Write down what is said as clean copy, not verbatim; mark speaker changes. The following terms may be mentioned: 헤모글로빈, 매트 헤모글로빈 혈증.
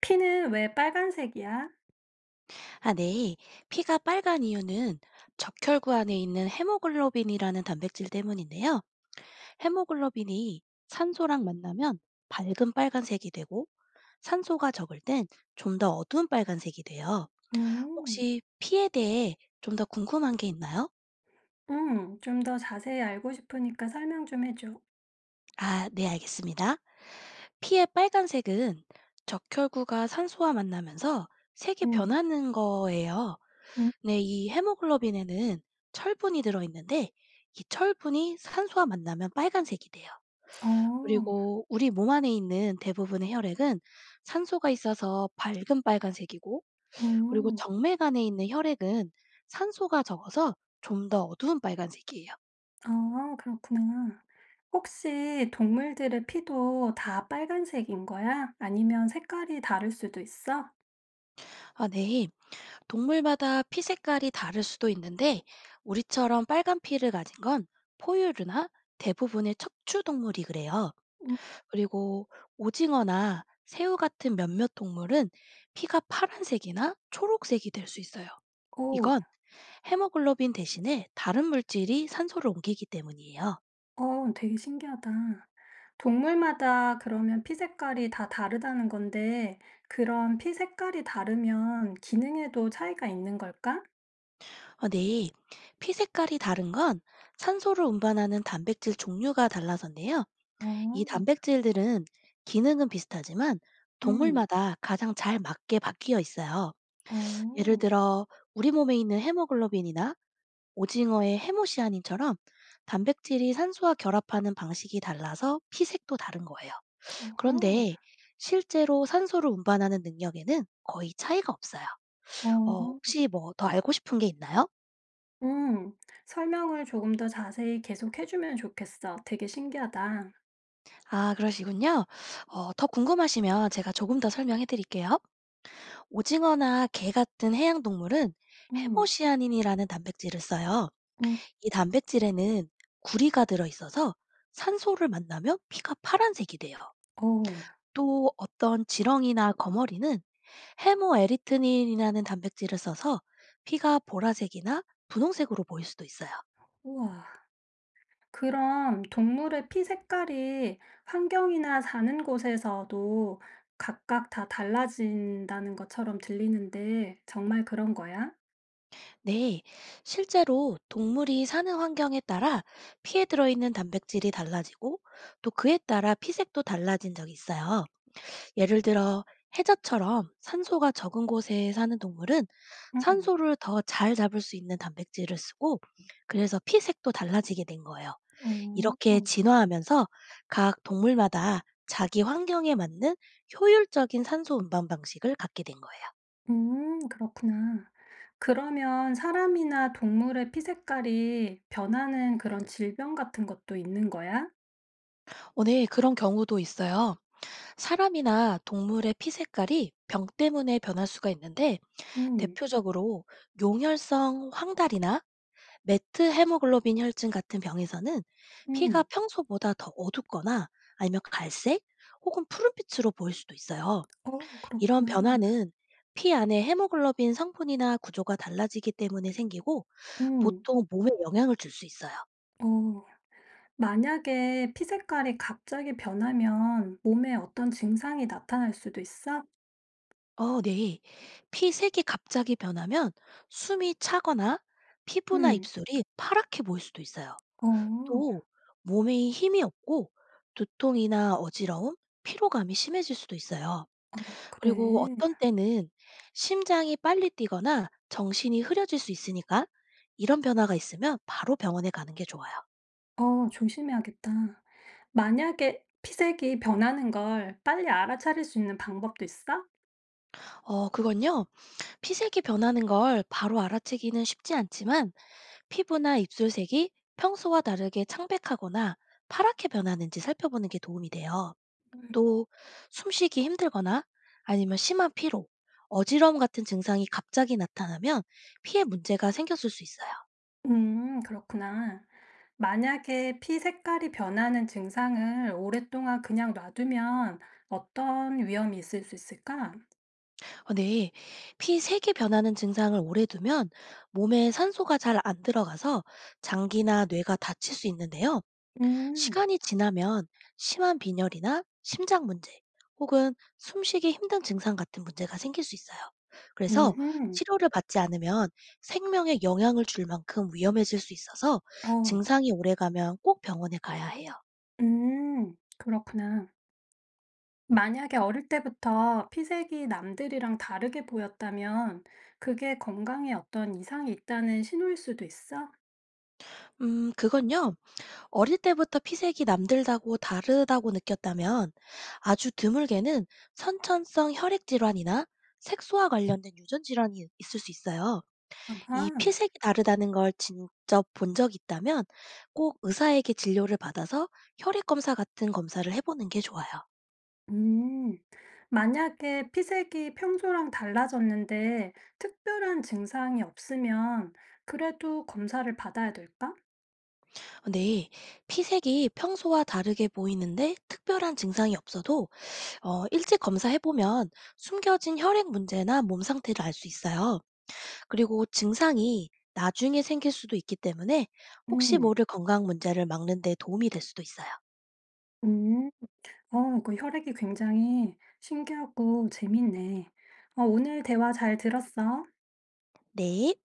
Speaker 1: 피는 왜 빨간색이야?
Speaker 2: 아, 네. 피가 빨간 이유는 적혈구 안에 있는 헤모글로빈이라는 단백질 때문인데요. 헤모글로빈이 산소랑 만나면 밝은 빨간색이 되고, 산소가 적을 땐 좀 더 어두운 빨간색이 돼요.
Speaker 1: 음.
Speaker 2: 혹시 피에 대해 좀 더 궁금한 게 있나요?
Speaker 1: 음. 좀 더 자세히 알고 싶으니까 설명 좀 해 줘.
Speaker 2: 아, 네, 알겠습니다. 피의 빨간색은 적혈구가 산소와 만나면서 색이
Speaker 1: 음.
Speaker 2: 변하는 거예요.
Speaker 1: 음.
Speaker 2: 네, 이 헤모글로빈에는 철분이 들어있는데, 이 철분이 산소와 만나면 빨간색이 돼요.
Speaker 1: 어.
Speaker 2: 그리고 우리 몸 안에 있는 대부분의 혈액은 산소가 있어서 밝은 빨간색이고, 그리고
Speaker 1: 음.
Speaker 2: 정맥 안에 있는 혈액은 산소가 적어서 좀 더 어두운 빨간색이에요.
Speaker 1: 아 그렇구나. 혹시 동물들의 피도 다 빨간색인 거야? 아니면 색깔이 다를 수도 있어?
Speaker 2: 아, 네. 동물마다 피 색깔이 다를 수도 있는데, 우리처럼 빨간 피를 가진 건 포유류나 대부분의 척추 동물이 그래요.
Speaker 1: 음.
Speaker 2: 그리고 오징어나 새우 같은 몇몇 동물은 피가 파란색이나 초록색이 될 수 있어요.
Speaker 1: 오.
Speaker 2: 이건 헤모글로빈 대신에 다른 물질이 산소를 옮기기 때문이에요.
Speaker 1: 어 되게 신기하다. 동물마다 그러면 피 색깔이 다 다르다는 건데 그런 피 색깔이 다르면 기능에도 차이가 있는 걸까?
Speaker 2: 어, 네. 피 색깔이 다른 건 산소를 운반하는 단백질 종류가 달라서인데요. 이
Speaker 1: 어.
Speaker 2: 단백질들은 기능은 비슷하지만
Speaker 1: 음.
Speaker 2: 동물마다 가장 잘 맞게 바뀌어 있어요. 예를
Speaker 1: 어.
Speaker 2: 들어 우리 몸에 있는 헤모글로빈이나 오징어의 해모시아닌처럼 단백질이 산소와 결합하는 방식이 달라서 피색도 다른 거예요.
Speaker 1: 어허.
Speaker 2: 그런데 실제로 산소를 운반하는 능력에는 거의 차이가 없어요.
Speaker 1: 어.
Speaker 2: 혹시 뭐 더 알고 싶은 게 있나요?
Speaker 1: 음. 설명을 조금 더 자세히 계속해 주면 좋겠어. 되게 신기하다.
Speaker 2: 아, 그러시군요. 더 궁금하시면 제가 조금 더 설명해 드릴게요. 오징어나 게 같은 해양 동물은
Speaker 1: 음.
Speaker 2: 해모시아닌이라는 단백질을 써요.
Speaker 1: 음.
Speaker 2: 이 단백질에는 구리가 들어 있어서 산소를 만나면 피가 파란색이 돼요.
Speaker 1: 어.
Speaker 2: 또 어떤 지렁이나 거머리는 헤모에리트닌이라는 단백질을 써서 피가 보라색이나 분홍색으로 보일 수도 있어요.
Speaker 1: 우와. 그럼 동물의 피 색깔이 환경이나 사는 곳에서도 각각 다 달라진다는 것처럼 들리는데 정말 그런 거야?
Speaker 2: 네, 실제로 동물이 사는 환경에 따라 피에 들어있는 단백질이 달라지고, 또 그에 따라 피색도 달라진 적이 있어요. 예를 들어 해저처럼 산소가 적은 곳에 사는 동물은
Speaker 1: 음.
Speaker 2: 산소를 더 잘 잡을 수 있는 단백질을 쓰고, 그래서 피색도 달라지게 된 거예요.
Speaker 1: 어.
Speaker 2: 이렇게 진화하면서 각 동물마다 자기 환경에 맞는 효율적인 산소 운반 방식을 갖게 된 거예요.
Speaker 1: 그렇구나. 그러면 사람이나 동물의 피 색깔이 변하는 그런 질병 같은 것도 있는 거야?
Speaker 2: 네. 그런 경우도 있어요. 사람이나 동물의 피 색깔이 병 때문에 변할 수가 있는데,
Speaker 1: 음,
Speaker 2: 대표적으로 용혈성 황달이나 매트 헤모글로빈 혈증 같은 병에서는 피가
Speaker 1: 음,
Speaker 2: 평소보다 더 어둡거나, 아니면 갈색 혹은 푸른빛으로 보일 수도 있어요.
Speaker 1: 어,
Speaker 2: 이런
Speaker 1: 그렇구나.
Speaker 2: 변화는 피 안의 헤모글로빈 성분이나 구조가 달라지기 때문에 생기고,
Speaker 1: 음,
Speaker 2: 보통 몸에 영향을 줄 수 있어요.
Speaker 1: 어, 만약에 피 색깔이 갑자기 변하면 몸에 어떤 증상이 나타날 수도 있어?
Speaker 2: 어, 네. 피 색이 갑자기 변하면 숨이 차거나 피부나
Speaker 1: 음,
Speaker 2: 입술이 파랗게 보일 수도 있어요.
Speaker 1: 어,
Speaker 2: 또 몸에 힘이 없고, 두통이나 어지러움, 피로감이 심해질 수도 있어요. 그리고
Speaker 1: 그래.
Speaker 2: 어떤 때는 심장이 빨리 뛰거나 정신이 흐려질 수 있으니까, 이런 변화가 있으면 바로 병원에 가는 게 좋아요.
Speaker 1: 어, 조심해야겠다. 만약에 피색이 변하는 걸 빨리 알아차릴 수 있는 방법도 있어?
Speaker 2: 어, 그건요. 피색이 변하는 걸 바로 알아채기는 쉽지 않지만, 피부나 입술색이 평소와 다르게 창백하거나 파랗게 변하는지 살펴보는 게 도움이 돼요. 또 숨쉬기 힘들거나, 아니면 심한 피로, 어지러움 같은 증상이 갑자기 나타나면 피에 문제가 생겼을 수 있어요.
Speaker 1: 그렇구나. 만약에 피 색깔이 변하는 증상을 오랫동안 그냥 놔두면 어떤 위험이 있을 수 있을까?
Speaker 2: 런데 피색이 변하는 증상을 오래 두면 몸에 산소가 잘 안 들어가서 장기나 뇌가 다칠 수 있는데요.
Speaker 1: 음,
Speaker 2: 시간이 지나면 심한 빈혈이나 심장 문제, 혹은 숨쉬기 힘든 증상 같은 문제가 생길 수 있어요. 그래서
Speaker 1: 음,
Speaker 2: 치료를 받지 않으면 생명에 영향을 줄 만큼 위험해질 수 있어서,
Speaker 1: 어,
Speaker 2: 증상이 오래가면 꼭 병원에 가야 해요.
Speaker 1: 그렇구나. 만약에 어릴 때부터 피색이 남들이랑 다르게 보였다면 그게 건강에 어떤 이상이 있다는 신호일 수도 있어?
Speaker 2: 그건요. 어릴 때부터 피색이 남들다고 다르다고 느꼈다면, 아주 드물게는 선천성 혈액 질환이나 색소와 관련된 유전 질환이 있을 수 있어요. 이
Speaker 1: 아하.
Speaker 2: 피색이 다르다는 걸 직접 본 적이 있다면 꼭 의사에게 진료를 받아서 혈액 검사 같은 검사를 해 보는 게 좋아요.
Speaker 1: 음, 만약에 피색이 평소랑 달라졌는데 특별한 증상이 없으면 그래도 검사를 받아야 될까?
Speaker 2: 근데 피색이 평소와 다르게 보이는데 특별한 증상이 없어도 일찍 검사해 보면 숨겨진 혈액 문제나 몸 상태를 알 수 있어요. 그리고 증상이 나중에 생길 수도 있기 때문에, 혹시
Speaker 1: 음,
Speaker 2: 모를 건강 문제를 막는 데 도움이 될 수도 있어요.
Speaker 1: 음, 어, 이거 혈액이 굉장히 신기하고 재밌네. 어, 오늘 대화 잘 들었어.
Speaker 2: 네.